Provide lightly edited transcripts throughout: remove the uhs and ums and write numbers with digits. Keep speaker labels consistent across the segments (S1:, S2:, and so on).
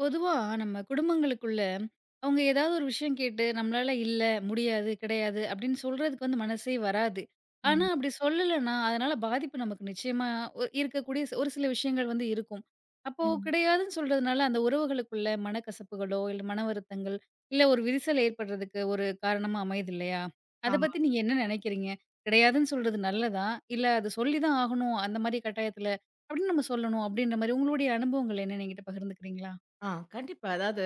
S1: பொதுவா நம்ம குடும்பங்களுக்குள்ள அவங்க ஏதாவது ஒரு விஷயம் கேட்டு நம்மளால இல்ல, முடியாது, கிடையாது அப்படின்னு சொல்றதுக்கு வந்து மனசே வராது. ஆனா
S2: ம்.
S1: அப்படி சொல்லலன்னா, அதனால பாதிப்பு நமக்கு நிச்சயமா இருக்கக்கூடிய ஒரு சில விஷயங்கள் வந்து இருக்கும். அப்போ
S2: ம்.
S1: கிடையாதுன்னு சொல்றதுனால அந்த உறவுகளுக்குள்ள மனக்கசப்புகளோ, இல்ல மன வருத்தங்கள், இல்ல ஒரு விரிசல் ஏற்படுறதுக்கு ஒரு காரணமா அமையுது இல்லையா? அத
S2: ஆமா.
S1: பத்தி நீங்க என்ன நினைக்கிறீங்க? கிடையாதுன்னு சொல்றது நல்லதா? இல்ல அது சொல்லிதான் ஆகணும் அந்த மாரி கட்டாயத்துல அப்படின்னு நம்ம சொல்லணும் அப்படின்ற மாரி உங்களுடைய அனுபவங்கள் என்னன்னு என்கிட்ட பகிர்ந்துக்கிறீங்களா?
S2: ஆ கண்டிப்பா. அதாவது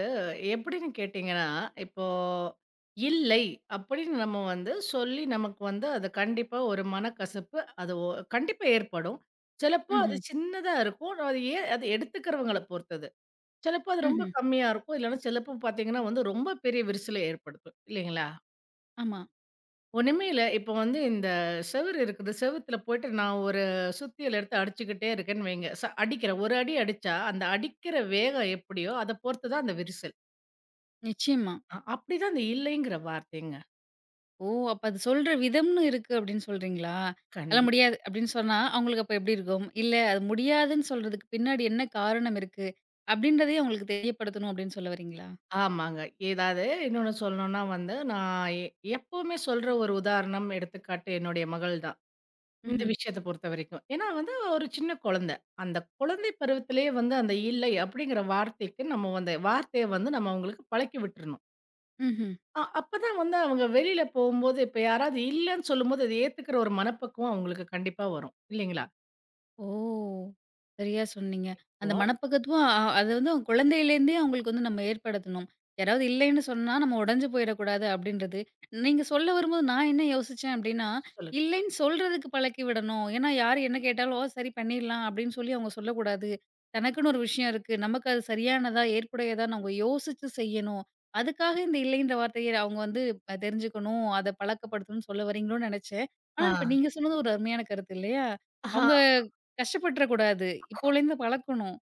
S2: எப்படின்னு கேட்டீங்கன்னா, இப்போ "இல்லை" அப்படின்னு நம்ம வந்து சொல்லி நமக்கு வந்து அது கண்டிப்பா ஒரு மனக்கசப்பு அது ஒ கண்டிப்பா ஏற்படும். சிலப்போ அது
S1: ம்ஹ்ம்.
S2: சின்னதா இருக்கும். அது அது எடுத்துக்கிறவங்கள பொறுத்தது. சிலப்போ அது ரொம்ப
S1: ம்ஹ்ம்.
S2: கம்மியா இருக்கும். இல்லன்னா சிலப்போ பார்த்தீங்கன்னா வந்து ரொம்ப பெரிய விரிசல ஏற்படுத்தும். இல்லைங்களா?
S1: ஆமா.
S2: ஒண்ணுமே இல்ல. இப்போ வந்து இந்த செவுரு இருக்குது. செவுத்துல போயிட்டு நான் ஒரு சுத்தியல் எடுத்து அடிச்சுக்கிட்டே இருக்கேன்னு வைங்க. அடிக்கிறேன். ஒரு அடி அடிச்சா, அந்த அடிக்கிற வேகம் எப்படியோ அத பொறுத்து தான் அந்த விரிசல்.
S1: நிச்சயமா.
S2: அப்படிதான் அந்த இல்லைங்கிற வார்த்தைங்க.
S1: ஓ! அப்ப அது சொல்ற விதம்னு இருக்கு அப்படின்னு சொல்றீங்களா? அதெல்லாம்
S2: கண்டிப்
S1: முடியாது அப்படின்னு சொன்னா, அவங்களுக்கு அப்ப எப்படி இருக்கும்? இல்ல அது முடியாதுன்னு சொல்றதுக்கு பின்னாடி என்ன காரணம் இருக்கு? அப்படின்றதையும் அவங்களுக்கு தெரியப்படுத்தணும் அப்படின்னு சொல்ல வரீங்களா?
S2: ஆமாங்க. ஏதாவது இன்னொன்னு சொல்லணும்னா வந்து, நான் எ எப்பவுமே சொல்ற ஒரு உதாரணம், எடுத்துக்காட்டு என்னுடைய மகள் தான். இந்த
S1: ம்ஹ்ம்.
S2: விஷயத்த பொறுத்தவரைக்கும். ஏன்னா வந்து ஒரு சின்ன குழந்தை. அந்த குழந்தை பருவத்திலேயே வந்து அந்த இல்லை அப்படிங்கிற வார்த்தைக்கு நம்ம வந்து வார்த்தைய வந்து நம்ம அவங்களுக்கு பழக்கி விட்டுறணும்.
S1: ம்ஹ்ம்.
S2: அப்பதான் வந்து அவங்க வெளியில போம்போது, இப்ப யாராவது இல்லன்னு சொல்லும்போது, அத ஏத்துக்கிற ஒரு மனப்பக்குவம் அவங்களுக்கு கண்டிப்பா வரும். இல்லைங்களா?
S1: ஓ! சரியா சொன்னீங்க.
S2: இப்போ
S1: அந்த மனப்பக்குவம் அது வந்து அவங்க குழந்தையிலேருந்தே அவங்களுக்கு வந்து நம்ம ஏற்படுத்தணும். யாராவது இல்லைன்னு சொன்னா நம்ம உடைஞ்சு போயிடக்கூடாது அப்படின்றது. நீங்க சொல்ல வரும்போது நான் என்ன யோசிச்சேன் அப்படின்னா,
S2: சொல்லுங்க.
S1: இல்லைன்னு சொல்றதுக்கு பழக்கி விடணும். ஏன்னா யார் என்ன கேட்டாலும், "ஓ! சரி பண்ணிடலாம்" அப்படின்னு சொல்லி அவங்க சொல்லக்கூடாது. தனக்குன்னு ஒரு விஷயம் இருக்கு. நமக்கு அது சரியானதா, ஏற்புடையதான்னு அவங்க யோசிச்சு செய்யணும். அதுக்காக இந்த இல்லைன்ற வார்த்தைய அவங்க வந்து தெரிஞ்சுக்கணும், அத பழக்கப்படுத்தணும்னு சொல்ல வரீங்களோன்னு நெனச்சேன். ஆனா
S2: ஆ.
S1: இப்ப நீங்க சொன்னது ஒரு அருமையான கருத்து இல்லையா?
S2: ஆஹா,
S1: அவங்க கஷ்டப்பட்டுறக்கூடாது. இப்போலேருந்து பழக்கணும்.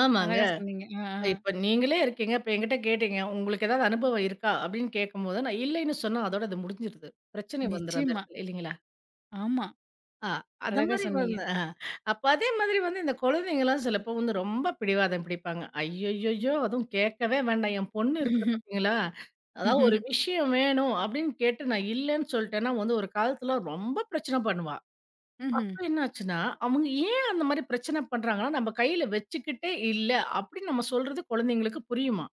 S2: ஆமாங்க.
S1: அழகா சொன்னீங்க. ஆ, ஆ.
S2: இப்ப நீங்களே இருக்கீங்க. இப்ப என்கிட்ட கேட்டீங்க. உங்களுக்கு ஏதாவது அனுபவம் இருக்கா? அப்படின்னு கேட்கும்போது, நான் இல்லைன்னு சொன்னா அதோட அது முடிஞ்சிருது. பிரச்சனை வந்துரும் அந்த
S1: நிச்சயமா.
S2: இடத்துல. இல்லைங்களா?
S1: ஆமா.
S2: ஆ, அந்த
S1: அழகா
S2: மாரி
S1: சொன்னீங்க.
S2: வந்து அ அப்ப அதே மாதிரி வந்து இந்த குழந்தைங்கலாம் சிலப்போ வந்து ரொம்ப பிடிவாதம் பிடிப்பாங்க. ஐய்யய்யய்யோ! அதுவும் கேட்கவே வேண்டாம். என் பொண்ணு இருக்குது
S1: ம்ஹ்ம்.
S2: பார்த்தீங்களா? அதாவது ஒரு
S1: ம்ஹ்ம்.
S2: விஷயம் வேணும் அப்படின்னு கேட்டு நான் இல்லன்னு சொல்ட்டேன்னா வந்து ஒரு காலத்துல ரொம்ப பிரச்சனை பண்ணுவா.
S1: ம்ஹ்ம்.
S2: அப்ப என்னாச்சுன்னா, அவங்க ஏன் அந்த மாரி பிரச்சனை பண்றாங்கன்னா, நம்ம கையில வச்சுக்கிட்டே இல்ல அப்படின்னு நம்ம சொல்றது குழந்தைங்களுக்கு புரியுமாம்.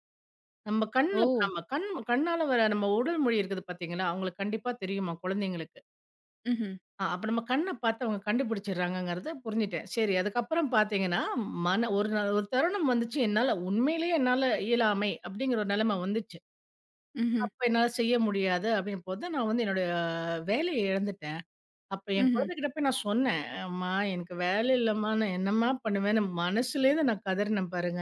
S2: நம்ம
S1: ஓ!
S2: கண்ல நம்ம கண் கண்ணால வர நம்ம உடல் மொழி இருக்குது பார்த்தீங்களா? அவங்களுக்கு கண்டிப்பா தெரியுமா குழந்தைங்களுக்கு.
S1: ம்ஹ்ம்.
S2: அப்ப நம்ம கண்ண பார்த்து அவங்க கண்டுபிடிச்சிடுறாங்கங்கிறத புரிஞ்சுட்டேன். சரி. அதுக்கப்புறம் பார்த்தீங்கன்னா, மன ஒரு நா ஒரு தருணம் வந்துச்சு. என்னால இயலாமை அப்படிங்கிற ஒரு நிலைமை வந்துச்சு.
S1: ம்ஹ்ம்.
S2: அப்ப என்னால செய்ய முடியாது அப்படின்னும் போது நான் வந்து என்னுடைய வேலைய இழந்துட்டேன். அப்ப என்
S1: ம்ஹ்ம்.
S2: குழந்தைகிட்ட போய் நான் சொன்னேன். "அம்மா எனக்கு வேலை இல்லம்மா. நான் என்னம்மா பண்ணுவேன்னு" மனசுலேருந்து நான் கதறினேன் பாருங்க.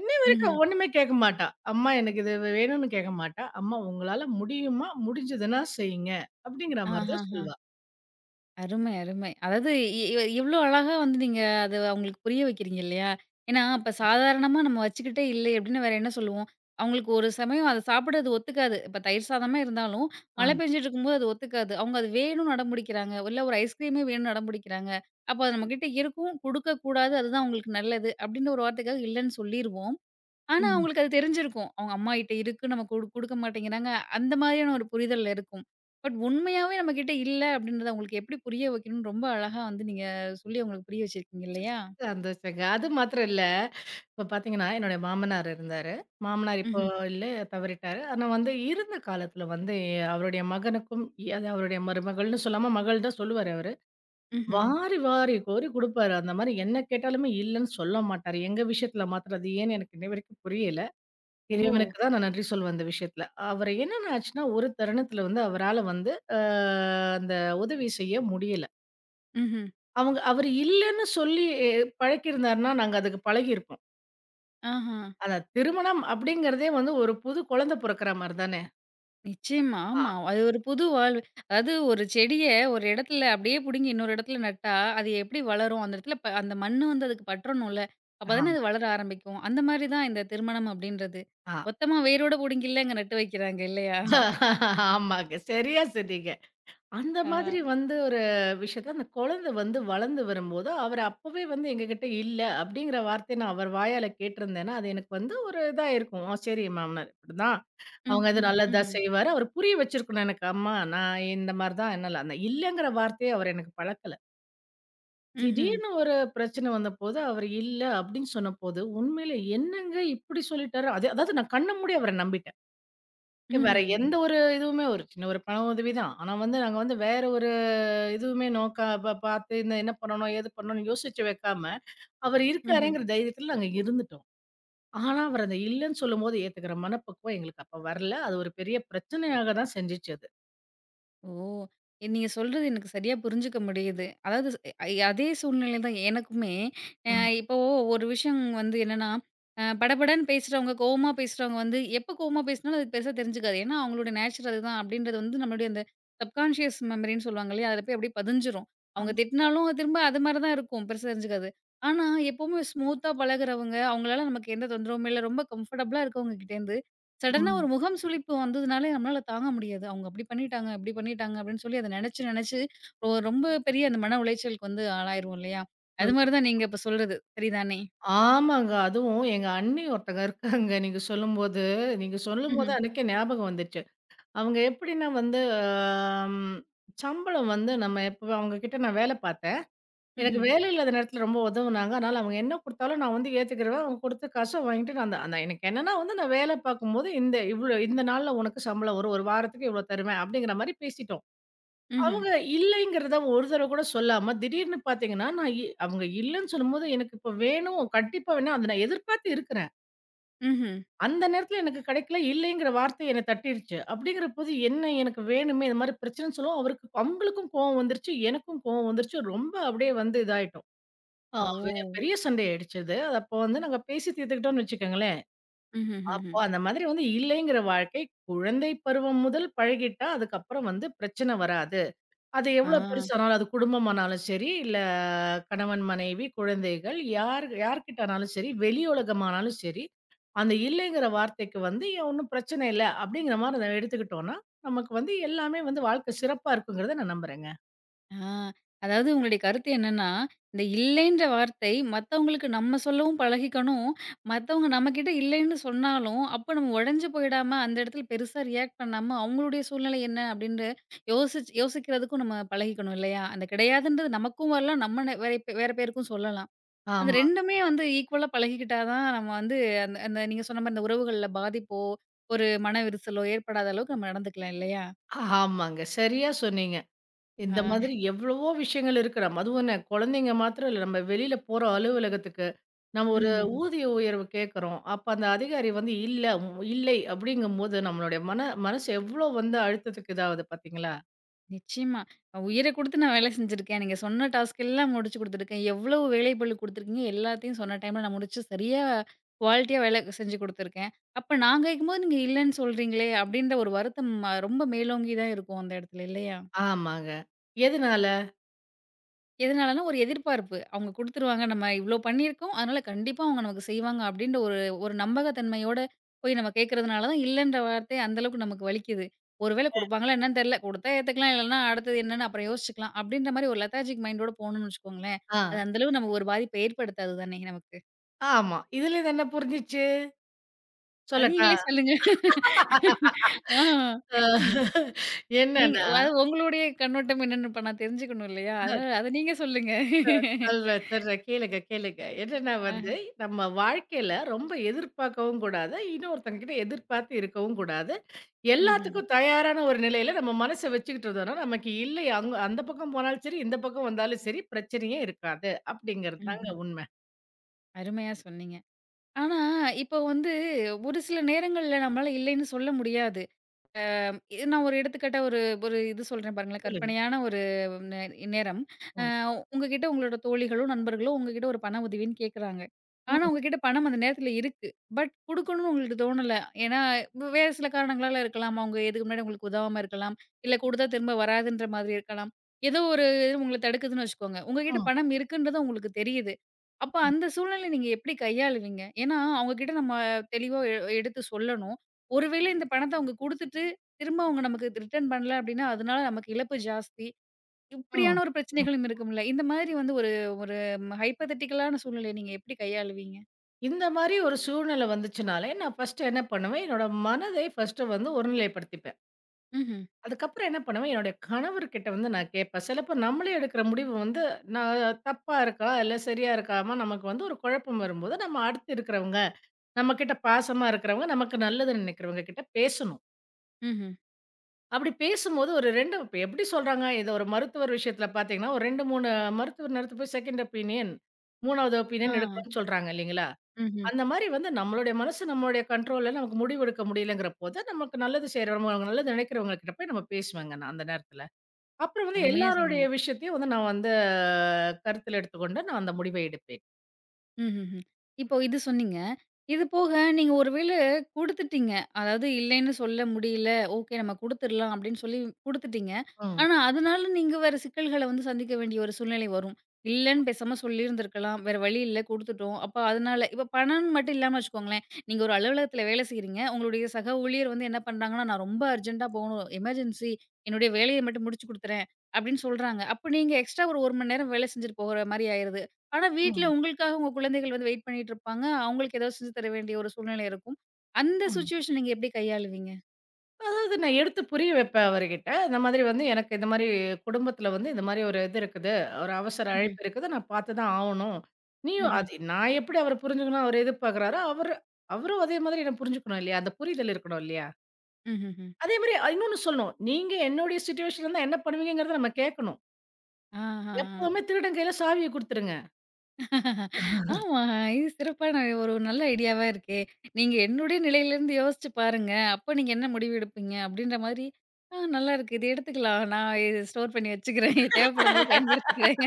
S2: இன்னை
S1: ம்ஹ்ம்.
S2: வரைக்கும் ஒண்ணுமே கேட்க மாட்டா. அம்மா எனக்கு இது வேணும்னு கேட்க மாட்டா. "அம்மா உங்களால முடியுமா? முடிஞ்சதுன்னா செய்யுங்க" அப்படிங்கிற மாரி தான்
S1: ஆஹஹ.
S2: சொல்வா.
S1: அருமை, அருமை. அதாவது இ இ இவ்ளோ அழகா வந்து நீங்க அத அவங்களுக்கு புரிய வைக்கிறீங்க இல்லையா? ஏன்னா, இப்ப சாதாரணமா நம்ம வச்சுக்கிட்டே இல்லை அப்டின்னா வேற என்ன சொல்லுவோம்? அவங்களுக்கு ஒரு சமயம் அத சாப்பிட அது ஒத்துக்காது. இப்ப தயிர் சாதமா இருந்தாலும்,
S2: ஆ.
S1: மழை பெஞ்சுட்ருக்கும்போது அது ஒத்துக்காது. அவங்க அது வேணும்னு அடம்பிடிக்கிறாங்க. இல்ல ஒரு ஐஸ்கிரீமே வேணும்னு அடம்பிடிக்கிறாங்க. அப்ப அது நம்மகிட்ட இருக்கும், குடுக்கக்கூடாது. அதுதான் அவங்களுக்கு நல்லது. அப்டின்ற ஒரு வார்த்தைக்காக இல்லன்னு சொல்லிருவோம். ஆனா,
S2: ம்.
S1: அவங்களுக்கு அது தெரிஞ்சிருக்கும். அவங்க அம்மாகிட்ட இருக்கு. நம்ம குடுக்க மாட்டேங்கிறாங்க. அந்த மாதிரியான ஒரு புரிதல் இருக்கும். பட் உண்மையாவே நம்ம கிட்ட இல்ல அப்படின்றத அவங்களுக்கு எப்படி புரிய வைக்கணும்னு ரொம்ப அழகா வந்து நீங்க சொல்லி அவங்களுக்கு புரிய வச்சிருக்கீங்க இல்லையா?
S2: சந்தோஷங்க. அது மாத்திரம் இல்ல. இப்ப பார்த்தீங்கன்னா, என்னுடைய மாமனார் இருந்தாரு. மாமனார் இப்போ
S1: ம்ஹ்ம்.
S2: இல்ல தவறிட்டாரு. ஆனா வந்து இருந்த காலத்துல வந்து அவருடைய மகனுக்கும், அது அவருடைய மருமகள்ன்னு சொல்லாம மகள் தான் சொல்லுவாரு அவரு. ம்.
S1: ம்ஹ்ம்.
S2: வாரி வாரி கோரி குடுப்பாரு. அந்த மாரி என்ன கேட்டாலுமே இல்லன்னு சொல்ல மாட்டாரு. எங்க விஷயத்துல மாத்திரம் அது ஏன்னு எனக்கு இன்ன வரைக்கும் புரியல.
S1: ஓ!
S2: இறைவனுக்கு தான் நான் நன்றி சொல்வேன் அந்த விஷயத்துல. அவரு என்னென்ன ஆச்சுன்னா, ஒரு தருணத்துல வந்து அவரால வந்து அ அந்த உதவி செய்ய முடியல.
S1: ம்ஹ்ம்.
S2: அவரு இல்லன்னு சொல்லி பழக்கியிருந்தாருன்னா, நாங்க அதுக்கு பழகியிருப்போம்.
S1: ஆஹா.
S2: அதான் திருமணம் அப்படிங்கிறதே வந்து ஒரு புது குழந்தை பொறக்கிற மாரி தானே!
S1: நிச்சயமா.
S2: ஆ.
S1: ஆமா. அது ஒரு புது வாழ்வு. அதாவது ஒரு செடிய ஒரு இடத்துல அப்படியே புடுங்கி இன்னொரு இடத்துல நட்டா, அது எப்படி வளரும்? அந்த இடத்துல அந்த மண்ணு வந்து அதுக்கு பற்றணும்ல. அப்பதானே
S2: ஆமா.
S1: அது வளர ஆரம்பிக்கும். அந்த மாரி தான் இந்த திருமணம் அப்படின்றது.
S2: ஆ.
S1: மொத்தமா வேரோட புடுங்கில்ல அங்க நட்டு வைக்கிறாங்க இல்லையா?
S2: ஆமாங்க. சரியா சொன்னீங்க. அந்த
S1: ஆ.
S2: மாதிரி வந்து ஒரு விஷயத்த அந்த குழந்தை வந்து வளர்ந்து வரும்போது, அவரு அப்பவே வந்து எங்ககிட்ட இல்ல அப்படிங்கிற வார்த்தைய நான் அவர் வாயால கேட்டிருந்தேன்னா, அது எனக்கு வந்து ஒரு இதா இருக்கும். ஆ சரி மாமனார் இப்படிதான். அவங்க அது
S1: ம்ஹ்ம்,
S2: நல்லதுதா
S1: ம்ஹ்ம்,
S2: செய்வாரு. அவரு புரிய வச்சிருக்கணும் எனக்கு. அம்மா நான் இந்த மாரி தான் என்னால அந்த இல்லங்கிற வார்த்தைய அவர் எனக்கு பழக்கல.
S1: ம்ஹ்ம்,
S2: திடீர்னு ஒரு பிரச்சனை வந்தபோது, அவரு இல்ல அப்படின்னு சொன்னபோது, உண்மையில என்னங்க இப்படி சொல்லிட்டாரு? அது அதாவது நான் கண்ண மூடி அவர நம்பிட்டேன். வேற
S1: ம்ஹ்ம்,
S2: எந்த ஒரு இதுவுமே ஒரு சின்ன ஒரு பண உதவி தான். ஆனா வந்து நாங்க வந்து வேற ஒரு இதுவுமே நோக்கா பார்த்து இந்த என்ன பண்ணணும், ஏது பண்ணணும்னு யோசிச்சு வைக்காம, அவர்
S1: ம்ஹ்ம்.
S2: இருக்காரேங்கிற தைரியத்துல நாங்க இருந்துட்டோம். ஆனா, அவர் அந்த இல்லன்னு சொல்லும்போது ஏத்துக்கிற மனப்பக்குவம் எங்களுக்கு அப்ப வரல. அது ஒரு பெரிய பிரச்சனையாக தான் செஞ்சுச்சு அது.
S1: ஓ! நீங்க சொல்றது எனக்கு சரியா புரிஞ்சுக்க முடியுது. அதாவது ஸ் அ அதே சூழ்நிலை தான் எனக்குமே. அ
S2: ம்.
S1: இப்போ ஒரு விஷயம் வந்து என்னன்னா, படபடன்னு பேசுறவங்க, கோவமா பேசுறவங்க வந்து எப்ப கோவமா பேசினாலும் அது பெருசா தெரிஞ்சுக்காது. ஏன்னா அவங்களோட நேச்சர் அதுதான் அப்படின்றது வந்து நம்மளுடைய அந்த சப்கான்ஷியஸ் மெமரின்னு சொல்லுவாங்க இல்லையா? அதில போய் அப்படியே பதிஞ்சிரும். அவங்க
S2: ஆமா.
S1: திட்டினாலும் அது திரும்ப அது மாரி தான் இருக்கும். பெருசா தெரிஞ்சுக்காது. ஆனா எப்பவுமே ஸ்மூத்தா பழகுறவங்க, அவங்களால நமக்கு எந்த தொந்தரவுமே இல்ல. ரொம்ப கம்ஃபர்டபுளா இருக்கவங்க கிட்டேருந்து சடனா ஒரு
S2: ம்.
S1: முகம் சுளிப்பு வந்ததுனாலே நம்மளால தாங்க முடியாது. அவங்க அப்படி பண்ணிட்டாங்க, இப்படி பண்ணிட்டாங்க அப்படின்னு சொல்லி அத நெனச்சு, நெனச்சு ரொம்ப பெரிய அந்த மன உளைச்சலுக்கு வந்து ஆளாயிருவோம் இல்லையா?
S2: ஐ
S1: அது மாரி தான் நீங்க இப்ப சொல்றது. சரிதானே?
S2: ஆமாங்க. அதுவும் எங்க அண்ணி ஒருத்தங்க இருக்காங்க. நீங்க சொல்லும்போது
S1: ம்ஹ்ம்.
S2: அன்னைக்கே ஞாபகம் வந்துச்சு. அவங்க எப்படின்னா வந்து சம்பளம் வந்து நம்ம எப்ப அவங்க கிட்ட நான் வேலை பார்த்தேன். எனக்கு
S1: ம்ஹ்ம்.
S2: வேலை இல்லாத நேரத்தில ரொம்ப உதவுனாங்க. அதனால அவங்க என்ன குடுத்தாலும் நான் வந்து ஏத்துக்கிருவேன். அவங்க குடுத்த காச வாங்கிட்டு நான் அந்த அந்த எனக்கு என்னன்னா வந்து நான் வேலை பார்க்கும்போது இந்த இவ்ளோ இந்த நாள்ல உனக்கு சம்பளம் வரும். ஒரு வாரத்துக்கு இவ்ளோ தருவேன் அப்படிங்கிற மாரி பேசிட்டோம்.
S1: ம்ஹ்ம்.
S2: அவங்க இல்லைங்கிறத ஒரு தடவ கூட சொல்லாம, திடீர்னு பார்த்தீங்கன்னா, நான் இ அவங்க இல்லன்னு சொல்லும்போது, எனக்கு இப்போ வேணும், கண்டிப்பா வேணும். அத நான் எதிர்பார்த்து இருக்கிறேன்.
S1: ம்ஹ்ம்.
S2: அந்த நேரத்தில எனக்கு கிடைக்கல, இல்லைங்கிற வார்த்தை என்ன தட்டிடுச்சு. அப்படிங்கிறபோது, என்ன எனக்கு வேணுமே, இந்த மாரி பிரச்சனைன்னு சொல்லவும், அவங்களுக்கும் கோவம் வந்துருச்சு, எனக்கும் கோவம் வந்துருச்சு. ரொம்ப அப்படியே வந்து இதாயிட்டோம். ஆ
S1: ஓ!
S2: வெ பெரிய சண்டை ஆயிடுச்சு அது. அது அப்போ வந்து நாங்க பேசி தீர்த்துக்கிட்டோம்னு வச்சுக்கோங்களேன்.
S1: ம்ஹ்ம்.
S2: அப்போ
S1: ம்ஹ்ம்.
S2: அந்த மாதிரி வந்து இல்லைங்கிற வாழ்க்கை, குழந்தை பருவம் முதல் பழகிட்டா, அதுக்கப்புறம் வந்து பிரச்சனை வராது. அது
S1: ஆ.
S2: எவ்வளோ பெருசானாலும், அது குடும்பமானாலும் சரி, இல்ல கணவன், மனைவி, குழந்தைகள் யார் யார்கிட்டனாலும் சரி, வெளி உலகமானாலும் சரி, அந்த இல்லைங்கிற வார்த்தைக்கு வந்து "ஏன் ஒண்ணும் பிரச்சனை இல்ல" அப்படிங்கிற மாரி நம்ம எடுத்துக்கிட்டோம்னா, நமக்கு வந்து எல்லாமே வந்து வாழ்க்கை சிறப்பா இருக்குங்கிறத நான் நம்புறேங்க.
S1: ஆ, அதாவது உங்களுடைய கருத்து என்னன்னா, இந்த இல்லைன்ற வார்த்தை மத்தவங்களுக்கு நம்ம சொல்லவும் பழகிக்கணும். மத்தவங்க நம்மகிட்ட இல்லைன்னு சொன்னாலும், அப்போ நம்ம உடைஞ்சு போயிடாம அந்த இடத்துல பெருசா ரியாக்ட் பண்ணாம, அவங்களுடைய சூழ்நிலை என்ன அப்படின்னு யோசிக்கிறதுக்கும் நம்ம பழகிக்கணும் இல்லையா? அந்த கிடையாதுன்றது நமக்கும் வரலாம், நம்ம நெ வேற பே வேற பேருக்கும் சொல்லலாம். அந்த
S2: ஆமா,
S1: ரெண்டுமே வந்து ஈக்குவலா பழகிக்கிட்டா தான் நம்ம வந்து அந்த அந்த நீங்க சொன்ன மாரி அந்த உறவுகள்ல பாதிப்போ, ஒரு மன விரிசலோ ஏற்படாத அளவுக்கு நம்ம நடந்துக்கலாம் இல்லையா?
S2: ஆமாங்க. சரியா சொன்னீங்க.
S1: ஆ.
S2: இந்த மாதிரி எவ்வளவோ விஷயங்கள் இருக்கு. நம்ம அதுவும் என்ன குழந்தைங்க மாத்திரம் இல்ல. நம்ம வெளியில போறோம் அலுவலகத்துக்கு. நம்ம ஒரு
S1: ம்ஹ்ம்.
S2: ஊதிய உயர்வு கேட்குறோம். அப்ப அந்த அதிகாரி வந்து இல்ல, இல்லை அப்படிங்கும்போது நம்மளுடைய மனசு எவ்வளோ வந்து அழுத்தத்துக்கு இதாகுது பார்த்தீங்களா?
S1: நிச்சயமா. உயிர குடுத்து நான் வேலை செஞ்சிருக்கேன். நீங்க சொன்ன டாஸ்க் எல்லாம் முடிச்சு குடுத்துருக்கேன். எவ்வளவு வேலைப்பளு குடுத்துருக்கீங்க, எல்லாத்தையும் சொன்ன டைம்ல நான் முடிச்சு சரியா குவாலிட்டியா வேலை செஞ்சு குடுத்துருக்கேன். அப்ப நான் கேட்கும்போது நீங்க இல்லன்னு சொல்றீங்களே! அப்டின்ற ஒரு வருத்தம் ரொம்ப மேலோங்கி தான் இருக்கும் அந்த இடத்துல இல்லையா?
S2: ஆமாங்க. எதுனால?
S1: எதனாலனா ஒரு எதிர்பார்ப்பு. அவங்க குடுத்துருவாங்க. நம்ம இவ்ளோ பண்ணியிருக்கோம். அதனால கண்டிப்பா அவங்க நமக்கு செய்வாங்க அப்டின்ற ஒரு ஒரு நம்பகத்தன்மையோட போய் நம்ம கேட்கறதுனால தான் இல்லன்ற வார்த்தை அந்த அளவுக்கு நமக்கு வலிக்குது. ஒரு வேளை குடுப்பாங்களா என்னன்னு தெரியல. குடுத்தா ஏத்துக்கலாம். இல்லன்னா அடுத்தது என்னன்னு அப்புறம் யோசிச்சுக்கலாம். அப்டின்ற மாரி ஒரு லெதாஜிக் மைண்டோட போணும்னு வச்சுக்கோங்களேன். அது
S2: ஆ.
S1: அந்த அளவு நம்ம ஒரு பாதிப்ப ஏற்படுத்தாது தானே நமக்கு.
S2: ஆமா. இதுலேருந்து என்ன புரிஞ்சுச்சு?
S1: அது
S2: சொல்லட்டா?
S1: நீங்களே சொல்லுங்க. ஆ.
S2: அ
S1: ம். நீங்க
S2: என்னன்னா
S1: அது உங்களுடைய கண்ணோட்டம் என்னன்னு இப்ப நான் தெரிஞ்சுக்கணும் இல்லையா? அதனால அத நீங்க சொல்லுங்க.
S2: சொல்றேன், சொல்றேன். கேளுங்க, கேளுங்க. என்னன்னா
S1: ஆஹ.
S2: வந்து, நம்ம வாழ்க்கையில ரொம்ப எதிர்பார்க்கவும் கூடாது. இன்னொருத்தங்க கிட்ட எதிர்பார்த்து இருக்கவும் கூடாது.
S1: ம்ஹ்ம்.
S2: எல்லாத்துக்கும் தயாரான ஒரு நிலையில நம்ம மனச வச்சுக்கிட்டு இருந்தோம்னா, நமக்கு இல்லை அங்க அந்த பக்கம் போனாலும் சரி, இந்த பக்கம் வந்தாலும் சரி, பிரச்சனையே இருக்காது. அப்படிங்கிறது தாங்க
S1: ம்ஹ்ம்.
S2: உண்மை.
S1: அருமையா சொன்னீங்க. ஆனா, இப்போ வந்து ஒரு சில நேரங்கள்ல நம்மளால இல்லைன்னு சொல்ல முடியாது. இது நான் ஒரு எடுத்துக்காட்டா ஒரு ஒரு இது சொல்றேன் பாருங்களேன்.
S2: சொல்லுங்க.
S1: கற்பனையான ஒரு நே நேரம். அ
S2: ம்.
S1: உங்ககிட்ட உங்களோட தோழிகளோ, நண்பர்களோ உங்ககிட்ட ஒரு பண உதவின்னு கேட்குறாங்க. ஆனா
S2: ம்.
S1: உங்ககிட்ட பணம் அந்த நேரத்துல இருக்கு. பட் குடுக்கணும்னு உங்களுக்கு தோணல. ஏன்னா வேற சில காரணங்களால இருக்கலாம். அவங்க இதுக்கு முன்னாடி உங்களுக்கு உதவாம இருக்கலாம். இல்ல குடுத்தா திரும்ப வராதுன்ற மாதிரி இருக்கலாம். ஏதோ ஒரு இது உங்கள தடுக்குதுன்னு வச்சுக்கோங்க. உங்ககிட்ட
S2: ம்.
S1: பணம் இருக்குன்றது உங்களுக்கு தெரியுது. அப்ப அந்த சூழ்நிலைய நீங்க எப்படி கையாளுவீங்க? ஏன்னா அவங்க கிட்ட நம்ம தெளிவா எடுத்து சொல்லணும். ஒருவேளை இந்த பணத்த அவங்க குடுத்துட்டு திரும்ப அவங்க நமக்கு ரிட்டர்ன் பண்ணல அப்படின்னா, அதனால நமக்கு இழப்பு ஜாஸ்தி.
S2: ம்.
S1: இப்படியான ஒரு
S2: ம்.
S1: பிரச்சனைகளும் இருக்கும்ல. இந்த மாதிரி வந்து ஒரு ஒரு ஹைப்போதெட்டிக்கலான சூழ்நிலைய நீங்க எப்படி கையாளுவீங்க?
S2: இந்த மாரி ஒரு சூழ்நிலை வந்துச்சுனாலே, நான் ஃபர்ஸ்ட்டு என்ன பண்ணுவேன், என்னோட மனதை ஃபர்ஸ்ட்டு வந்து ஒருநிலைப்படுத்திப்பேன்.
S1: ம்ஹ்ம்,
S2: அதுக்கப்புறம் என்ன பண்ணுவேன், என்னுடைய கணவர்கிட்ட வந்து நான் கேட்பேன். சிலப்போ நம்மளே எடுக்கிற முடிவு வந்து நான் தப்பா இருக்கா? இல்ல சரியா இருக்காமா? நமக்கு வந்து ஒரு குழப்பம் வரும்போது, நம்ம அடுத்து இருக்கிறவங்க, நம்மகிட்ட பாசமா இருக்கிறவங்க, நமக்கு நல்லதுன்னு நினைக்கிறவங்க கிட்ட பேசணும்.
S1: ம்ஹ்ம்,
S2: அப்படி பேசும்போது ஒரு 2 இப்ப எப்படி சொல்றாங்க? இத ஒரு மருத்துவர் விஷயத்தில பார்த்தீங்கன்னா, ஒரு 2, 3 மருத்துவர் இடத்து போய் செகண்ட் ஒப்பீனியன், 3வது
S1: ஆ.
S2: ஒப்பீனியன் எடுக்கணும்னு சொல்றாங்க இல்லைங்களா?
S1: ம்ஹ்ம்.
S2: அந்த மாரி வந்து நம்மளுடைய மனசு நம்மளுடைய கண்ட்ரோல்ல நமக்கு முடிவெடுக்க முடியலங்கிற போது, நமக்கு நல்லது செய்றவங்க, நல்லது நினைக்கிறவங்க கிட்ட போய் நம்ம பேசுவேங்க நான் அந்த நேரத்தில. அப்புறம் வந்து
S1: அருமையா
S2: எல்லாருடைய
S1: சொன்னீங்க.
S2: விஷயத்தையும் வந்து நான் வந்து கருத்துல எடுத்துக்கொண்டு நான் அந்த முடிவை எடுப்பேன்.
S1: ம்ஹ்ஹ்ம். இப்போ இது சொன்னீங்க. இது போக நீங்க ஒரு வேள குடுத்துட்டீங்க. அதாவது இல்லைன்னு சொல்ல முடியல. ஓகே நம்ம குடுத்துடலாம் அப்படின்னு சொல்லி குடுத்துட்டீங்க.
S2: ம்.
S1: ஆனா அதனால நீங்க வேற சிக்கல்கள வந்து சந்திக்க வேண்டிய ஒரு சூழ்நிலை வரும். இல்லன்னு பேசாம சொல்லியிருந்திருக்கலாம். வேற வழி இல்ல குடுத்துட்டோம். அப்ப அதனால இப்ப பணம்னு மட்டும் இல்லாம வச்சுக்கோங்களேன். நீங்க ஒரு அலுவலகத்துல வேலை செய்றீங்க. உங்களுடைய சக ஊழியர் வந்து என்ன பண்றாங்கன்னா, "நான் ரொம்ப அர்ஜென்ட்டா போணும். எமர்ஜென்சி என்னுடைய வேலைய மட்டும் முடிச்சு குடுத்துறேன்" அப்படின்னு சொல்றாங்க. அப்ப நீங்க எக்ஸ்ட்ரா ஒரு 1 மணி நேரம் வேலை செஞ்சுட்டு போற மாரி ஆயிருது. ஆனா, வீட்ல
S2: ம்.
S1: உங்களுக்காக உங்க குழந்தைகள் வந்து வெயிட் பண்ணிட்டுருப்பாங்க. அவங்களுக்கு ஏதாவது செஞ்சு தர வேண்டிய ஒரு சூழ்நிலை இருக்கும். அந்த
S2: ம்.
S1: சிச்சுவேஷன் நீங்க எப்படி கையாளுவீங்க?
S2: அதாவது நான் எடுத்து புரிய வைப்பேன் அவர்கிட்ட. இந்த மாதிரி வந்து எனக்கு இந்த மாதிரி குடும்பத்துல வந்து இந்த மாதிரி ஒரு இது இருக்குது. ஒரு அவசர ம்.
S1: ம்ஹ்ம்,
S2: அழைப்பு இருக்குது. நான் பார்த்து தான் ஆவணும். நீயும்
S1: ம்ஹ்ம்,
S2: அது நான் எப்படி அவர புரிஞ்சுக்கணும் அவர் எதிர்பார்க்குறாரோ, அவரு அவரும் அதே மாதிரி என்ன புரிஞ்சுக்கணும் இல்லையா? அந்த புரிதல் இருக்கணும் இல்லையா?
S1: ம்ஹ்ஹ்ம்.
S2: அதே மாதிரி இன்னொன்னு சொல்லணும். நீங்க என்னுடைய சிச்சுவேஷன்ல இருந்தா என்ன பண்ணுவீங்கங்கிறத நம்ம கேட்கணும்.
S1: ஆஹா!
S2: எப்பவுமே திருடன் கையில சாவிய குடுத்துருங்க.
S1: ஆமா. இது சிறப்பான ஒரு நல்ல ஐடியாவா இருக்கே! நீங்க என்னுடைய நிலையிலிருந்து யோசிச்சு பாருங்க. அப்ப நீங்க என்ன முடிவு எடுப்பீங்க? அப்படின்ற மாரி, ஆ நல்லாருக்கு. இத எடுத்துக்கலாம். நான் இத ஸ்டோர் பண்ணி வச்சுக்கிறேன். தேவைப்படும்போது பயன்படுத்திக்கிறேன்.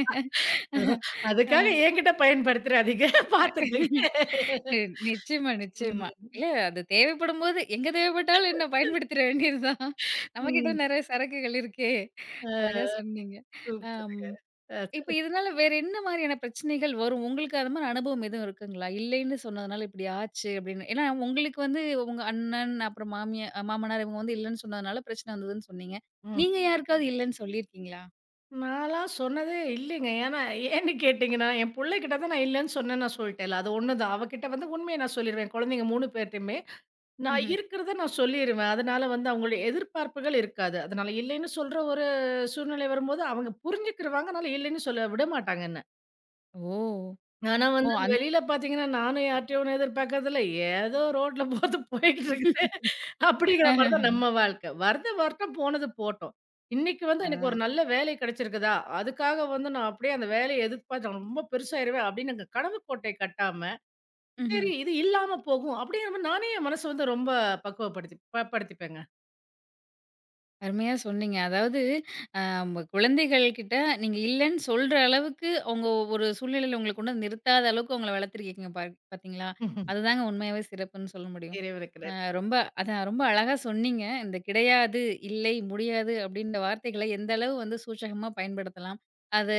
S2: அதுக்காக என்கிட்ட பயன்படுத்துறாதீங்க. பார்த்துக்கங்க.
S1: நி- நிச்சயமா, நிச்சயமா.
S2: ம்.
S1: இல்ல அது தேவைப்படும்போது, எங்க தேவைப்பட்டாலும் என்ன பயன்படுத்திற வேண்டியது தான். நம்மகிட்ட
S2: ம்.
S1: நெறைய சரக்குகள் இருக்கே!
S2: அ
S1: அழகா சொன்னீங்க. அம்
S2: சூப்பருங்க.
S1: இப்ப
S2: சொல்லுங்க.
S1: இதனால வேற என்ன மாரியான பிரச்சனைகள் வரும்? உங்களுக்கு அது மாரி அனுபவம் எதுவும் இருக்குங்களா? இல்லைன்னு சொன்னதுனால இப்படி ஆச்சு அப்படின்னு. ஏன்னா உங்களுக்கு வந்து உங்க அண்ணன், அப்புறம் மாமியா மாமனார் இவங்க வந்து இல்லன்னு சொன்னதுனால பிரச்சனை வந்ததுன்னு சொன்னீங்க.
S2: ம்.
S1: நீங்க யாருக்காவது இல்லன்னு சொல்லியிருக்கீங்களா?
S2: நான்லாம் சொன்னதே இல்லைங்க. ஏன்னா ஏன்னு கேட்டீங்கன்னா, என் புள்ளைகிட்ட தான் நான் இல்லன்னு சொன்னேன்னு நான் சொல்ட்டேன்ல. அது ஒண்ணுதான். அவகிட்ட வந்து உண்மைய நான் சொல்லிருவேன். குழந்தைங்க 3 பேர்ட்டயுமே. நான்
S1: ம்ஹ்ம்.
S2: இருக்கிறத நான் சொல்லிருவேன். அதனால வந்து அவங்களுடைய எதிர்பார்ப்புகள் இருக்காது. அதனால இல்லைன்னு சொல்ற ஒரு சூழ்நிலை வரும்போது அவங்க புரிஞ்சுக்கிருவாங்க. அதனால இல்லைன்னு சொல்ல விட மாட்டாங்க என்ன.
S1: ஓ!
S2: ஆனா
S1: ஓ!
S2: வந்து வெளியில பார்த்தீங்கன்னா, நானும் யார்ட்டயும் ஒண்ணும் எதிர்பார்க்கறதில்ல. ஏதோ ரோட்ல போறது போயிட்டு இருக்குது. அப்படிங்கிற மாரி தான்
S1: ஆஹஹ.
S2: நம்ம வாழ்க்கை. வரது வரட்டும், போனது போட்டும். இன்னைக்கு வந்து
S1: ஆ.
S2: எனக்கு ஒரு நல்ல வேலை கிடைச்சிருக்குதா, அதுக்காக வந்து நான் அப்படியே அந்த வேலைய எதிர்பார்த்து நான் ரொம்ப பெருசாயிருவேன் அப்படின்னு எனக்கு கனவு கோட்டை கட்டாம,
S1: ம்ஹ்ம்.
S2: சரி இது இல்லாம போகும் அப்படிங்கிற மாரி நானே என் மனச வந்து ரொம்ப பக்குவப்படுத்தி படுத்திப்பேங்க.
S1: அருமையா சொன்னீங்க. அதாவது அ ம குழந்தைகள் கிட்ட நீங்க இல்லன்னு சொல்ற அளவுக்கு, அவங்க ஒரு சூழ்நிலையில உங்கள கொண்டு வந்து நிறுத்தாத அளவுக்கு உங்கள வளர்த்துருக்கீங்க பார்த்தீங்களா? அதுதாங்க உண்மையாவே சிறப்புன்னு சொல்ல முடியும்.
S2: இறைவனுக்கு
S1: அ
S2: நன்றி.
S1: ரொம்ப அதான் ரொம்ப அழகா சொன்னீங்க. இந்த கிடையாது, இல்லை, முடியாது அப்படின்ற வார்த்தைகள எந்த அளவு வந்து சூச்சகமா பயன்படுத்தலாம். அது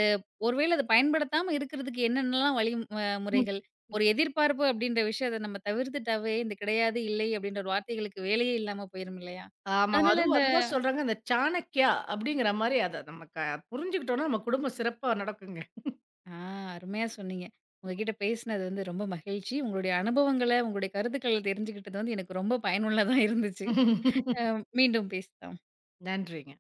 S1: ஒருவேளை அது பயன்படுத்தாம இருக்கிறதுக்கு என்னென்னலாம் வழி முறைகள்? ஒரு எதிர்பார்ப்பு அப்படின்ற விஷயத்த நம்ம தவிர்த்துட்டாவே, இந்த கிடையாது, இல்லை அப்படின்ற ஒரு வார்த்தைகளுக்கு வேலையே இல்லாம போயிரும் இல்லையா?
S2: ஆமா.
S1: அதனால
S2: அதுவும்
S1: இந்த
S2: அதுதான் சொல்றாங்க. இந்த சாணக்யா அப்படிங்கிற மாரி அத நம்ம புரிஞ்சுக்கிட்டோம்னா, நம்ம குடும்பம் சிறப்பா நடக்குங்க.
S1: ஆ அருமையா சொன்னீங்க. உங்ககிட்ட பேசினது வந்து ரொம்ப மகிழ்ச்சி. உங்களுடைய அனுபவங்கள, உங்களுடைய கருத்துக்கள தெரிஞ்சுக்கிட்டது வந்து எனக்கு ரொம்ப பயனுள்ளதா இருந்துச்சு. அ மீண்டும் பேசலாம்.
S2: நன்றிங்க.